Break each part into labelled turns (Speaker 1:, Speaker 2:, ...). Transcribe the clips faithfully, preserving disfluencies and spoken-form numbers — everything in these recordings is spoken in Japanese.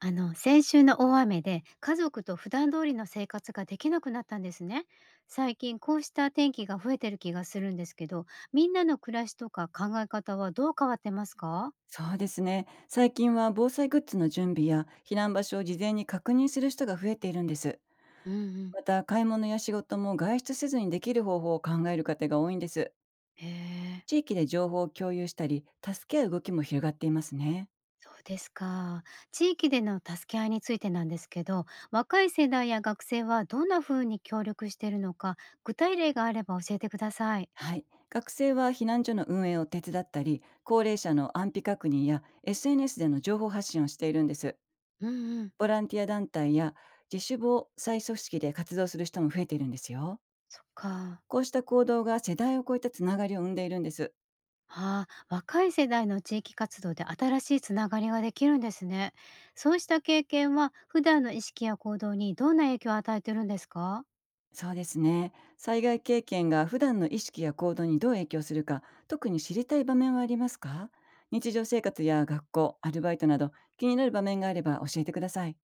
Speaker 1: あの先週の大雨で家族と普段通りの生活ができなくなったんですね。最近こうした天気が増えてる気がするんですけど、みんなの暮らしとか考え方はどう変わってますか？
Speaker 2: そうですね。最近は防災グッズの準備や避難場所を事前に確認する人が増えているんです。
Speaker 1: うんうん、
Speaker 2: また、買い物や仕事も外出せずにできる方法を考える方が多いんです。
Speaker 1: へえ、
Speaker 2: 地域で情報を共有したり、助け合う動きも広がっていますね。
Speaker 1: そうですか。地域での助け合いについてなんですけど、若い世代や学生はどんな風に協力しているのか、具体例があれば教えてください。
Speaker 2: はい。学生は避難所の運営を手伝ったり、高齢者の安否確認や エスエヌエス での情報発信をしているんです。
Speaker 1: うんうん、
Speaker 2: ボランティア団体や自主防災組織で活動する人も増えているんですよ。
Speaker 1: そっか。
Speaker 2: こうした行動が世代を超えたつながりを生んでいるんです。
Speaker 1: ああ、若い世代の地域活動で新しいつながりができるんですね。そうした経験は普段の意識や行動にどんな影響を与えてるんですか。
Speaker 2: そうですね。災害経験が普段の意識や行動にどう影響するか、特に知りたい場面はありますか？日常生活や学校、アルバイトなど気になる場面があれば教えてください。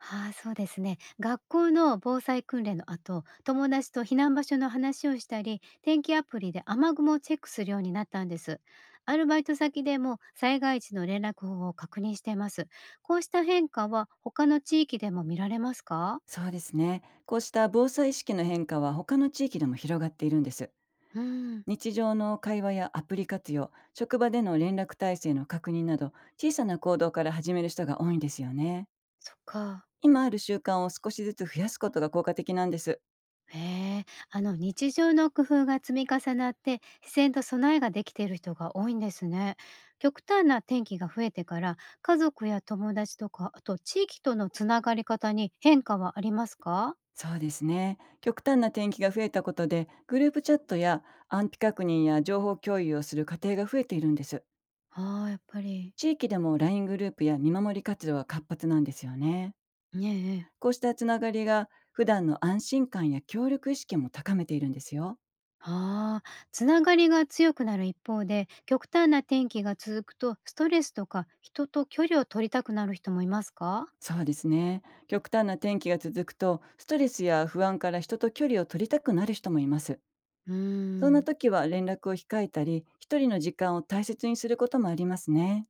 Speaker 1: ああ、そうですね。学校の防災訓練の後、友達と避難場所の話をしたり、天気アプリで雨雲をチェックするようになったんです。アルバイト先でも災害時の連絡方法を確認しています。こうした変化は他の地域でも見られますか。
Speaker 2: そうですね。こうした防災意識の変化は他の地域でも広がっているんです。
Speaker 1: うん、
Speaker 2: 日常の会話やアプリ活用、職場での連絡体制の確認など、小さな行動から始める人が多いんですよね。
Speaker 1: そっか。
Speaker 2: 今ある習慣を少しずつ増やすことが効果的なんです。
Speaker 1: へえ、あの日常の工夫が積み重なって自然と備えができている人が多いんですね。極端な天気が増えてから家族や友達とかあと地域とのつながり方に変化はありますか。
Speaker 2: そうですね。極端な転機が増えたことで、グループチャットや安否確認や情報共有をする家庭が増えているんです。
Speaker 1: ああやっぱり。
Speaker 2: 地域でもライングループや見守り活動は活発なんですよね。
Speaker 1: ねえええ。
Speaker 2: こうしたつながりが普段の安心感や協力意識も高めているんですよ。
Speaker 1: ああ、つながりが強くなる一方で極端な天気が続くとストレスとか人と距離を取りたくなる人もいますか。
Speaker 2: そうですね。極端な天気が続くと、ストレスや不安から人と距離を取りたくなる人もいます。
Speaker 1: うー
Speaker 2: そんな
Speaker 1: ん。
Speaker 2: 時は連絡を控えたり、一人の時間を大切にすることもありますね。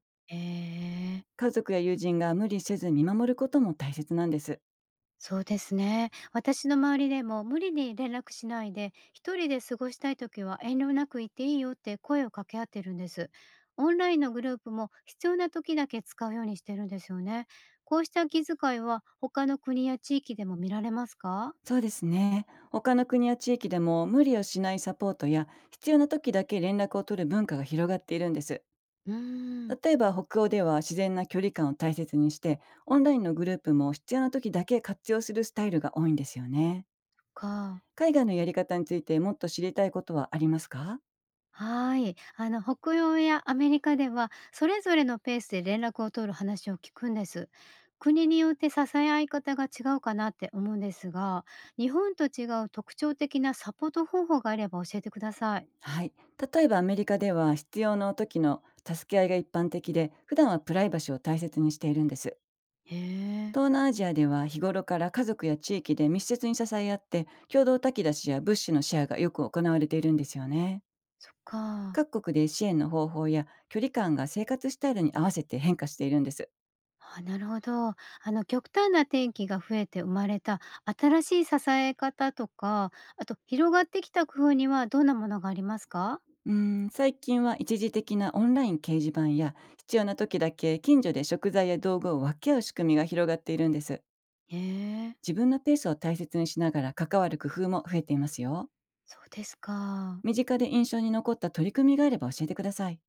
Speaker 1: ええ、
Speaker 2: 家族や友人が無理せず見守ることも大切なんです。
Speaker 1: そうですね。私の周りでも無理に連絡しないで、一人で過ごしたい時は遠慮なく言っていいよって声を掛け合ってるんです。オンラインのグループも必要な時だけ使うようにしてるんですよね。こうした気遣いは他の国や地域でも見られますか。
Speaker 2: そうですね。他の国や地域でも、無理をしないサポートや必要な時だけ連絡を取る文化が広がっているんです。
Speaker 1: うーん
Speaker 2: 例えば北欧では、自然な距離感を大切にして、オンラインのグループも必要な時だけ活用するスタイルが多いんですよね。
Speaker 1: か。
Speaker 2: 海外のやり方についてもっと知りたいことはありますか？
Speaker 1: はい。あの、北洋やアメリカでは、それぞれのペースで連絡を取る話を聞くんです。国によって支え合い方が違うかなって思うんですが、日本と違う特徴的なサポート方法があれば教えてください。
Speaker 2: はい。例えばアメリカでは、必要な時の助け合いが一般的で、普段はプライバシーを大切にしているんです。
Speaker 1: へえ。
Speaker 2: 東南アジアでは、日頃から家族や地域で密接に支え合って、共同炊き出しや物資のシェアがよく行われているんですよね。
Speaker 1: そっか。
Speaker 2: 各国で支援の方法や距離感が生活スタイルに合わせて変化しているんです。
Speaker 1: あ、なるほど。あの、極端な天気が増えて生まれた新しい支え方とか、あと広がってきた工夫にはどんなものがありますか。
Speaker 2: うーん最近は一時的なオンライン掲示板や、必要な時だけ近所で食材や道具を分け合う仕組みが広がっているんです。
Speaker 1: へえ。
Speaker 2: 自分のペースを大切にしながら関わる工夫も増えていますよ。
Speaker 1: そうですか。
Speaker 2: 身近で印象に残った取り組みがあれば教えてください。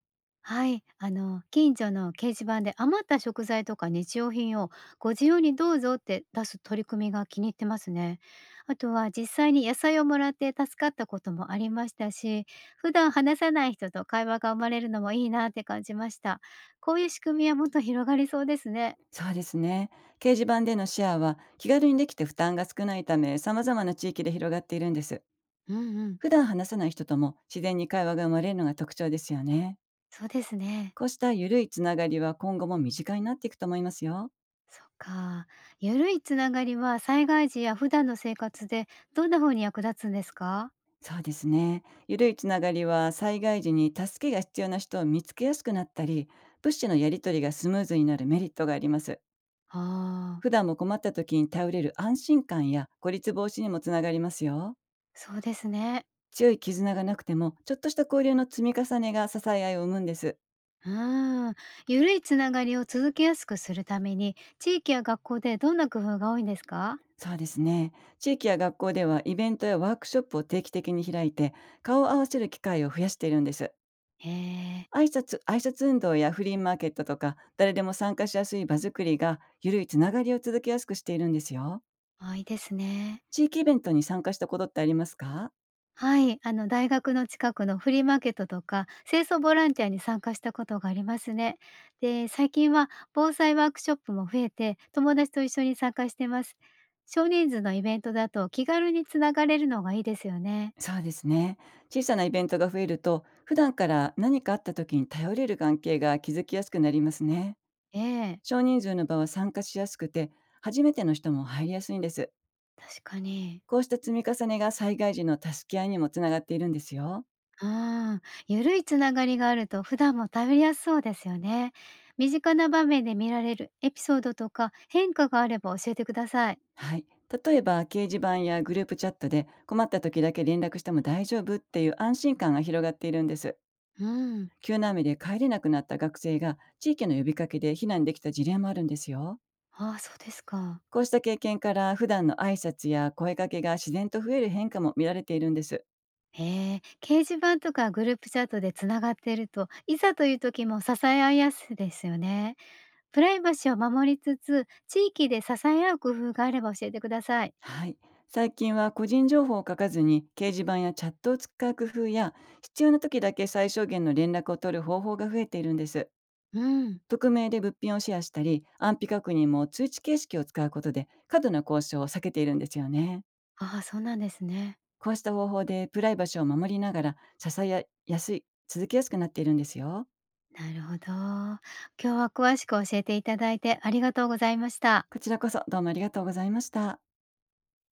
Speaker 1: はい、あの近所の掲示板で余った食材とか日用品をご自由にどうぞって出す取り組みが気に入ってますね。あとは実際に野菜をもらって助かったこともありましたし、普段話さない人と会話が生まれるのもいいなって感じました。こういう仕組みはもっと広がりそうですね。
Speaker 2: そうですね。掲示板でのシェアは気軽にできて負担が少ないため、様々な地域で広がっているんです。
Speaker 1: うんうん、
Speaker 2: 普段話さない人とも自然に会話が生まれるのが特徴ですよね。
Speaker 1: そうですね。
Speaker 2: こうした緩いつながりは今後も身近になっていくと思いますよ。
Speaker 1: そっか。ゆるいつながりは災害時や普段の生活でどんな風に役立つんですか。
Speaker 2: そうですね。緩いつながりは災害時に助けが必要な人を見つけやすくなったり、物資のやり取りがスムーズになるメリットがあります。
Speaker 1: ああ
Speaker 2: 普段も困った時に頼れる安心感や孤立防止にもつながりますよ。
Speaker 1: ー、そうですね。
Speaker 2: 強い絆がなくても、ちょっとした交流の積み重ねが支え合いを生むんです。
Speaker 1: ああ、ゆるいつながりを続けやすくするために、地域や学校でどんな工夫が多いんですか？
Speaker 2: そうですね。地域や学校ではイベントやワークショップを定期的に開いて、顔を合わせる機会を増やしているんです。
Speaker 1: へえ、
Speaker 2: 挨拶、挨拶運動やフリーマーケットとか、誰でも参加しやすい場作りが、ゆるいつながりを続けやすくしているんですよ。
Speaker 1: あ、いいですね。
Speaker 2: 地域イベントに参加したことってありますか？
Speaker 1: はい、あの大学の近くのフリーマーケットとか、清掃ボランティアに参加したことがありますね。で、最近は防災ワークショップも増えて、友達と一緒に参加してます。少人数のイベントだと気軽につながれるのがいいですよね。
Speaker 2: そうですね。小さなイベントが増えると、普段から何かあった時に頼れる関係が築きやすくなりますね。
Speaker 1: ええ、
Speaker 2: 少人数の場は参加しやすくて、初めての人も入りやすいんです。
Speaker 1: 確かに。
Speaker 2: こうした積み重ねが災害時の助け合いにもつながっているんですよ。
Speaker 1: ああ、ゆるいつながりがあると普段も食べやすそうですよね。身近な場面で見られるエピソードとか変化があれば教えてください。
Speaker 2: はい。例えば、掲示板やグループチャットで困った時だけ連絡しても大丈夫っていう安心感が広がっているんです。
Speaker 1: うん。
Speaker 2: 急な雨で帰れなくなった学生が地域の呼びかけで避難できた事例もあるんですよ。
Speaker 1: ああ、そうですか。
Speaker 2: こうした経験から普段の挨拶や声かけが自然と増える変化も見られているんです。
Speaker 1: へえ、掲示板とかグループチャットでつながっていると、いざという時も支え合いやすいですよね。プライバシーを守りつつ、地域で支え合う工夫があれば教えてください。
Speaker 2: はい。最近は個人情報を書かずに掲示板やチャットを使う工夫や、必要な時だけ最小限の連絡を取る方法が増えているんです。
Speaker 1: うん。
Speaker 2: 匿名で物品をシェアしたり、安否確認も通知形式を使うことで過度な交渉を避けているんですよね。
Speaker 1: ああ、そうなんですね。
Speaker 2: こうした方法でプライバシーを守りながら支えやすい続きやすくなっているんですよ。
Speaker 1: なるほど。今日は詳しく教えていただいてありがとうございました。
Speaker 2: こちらこそどうもありがとうございました。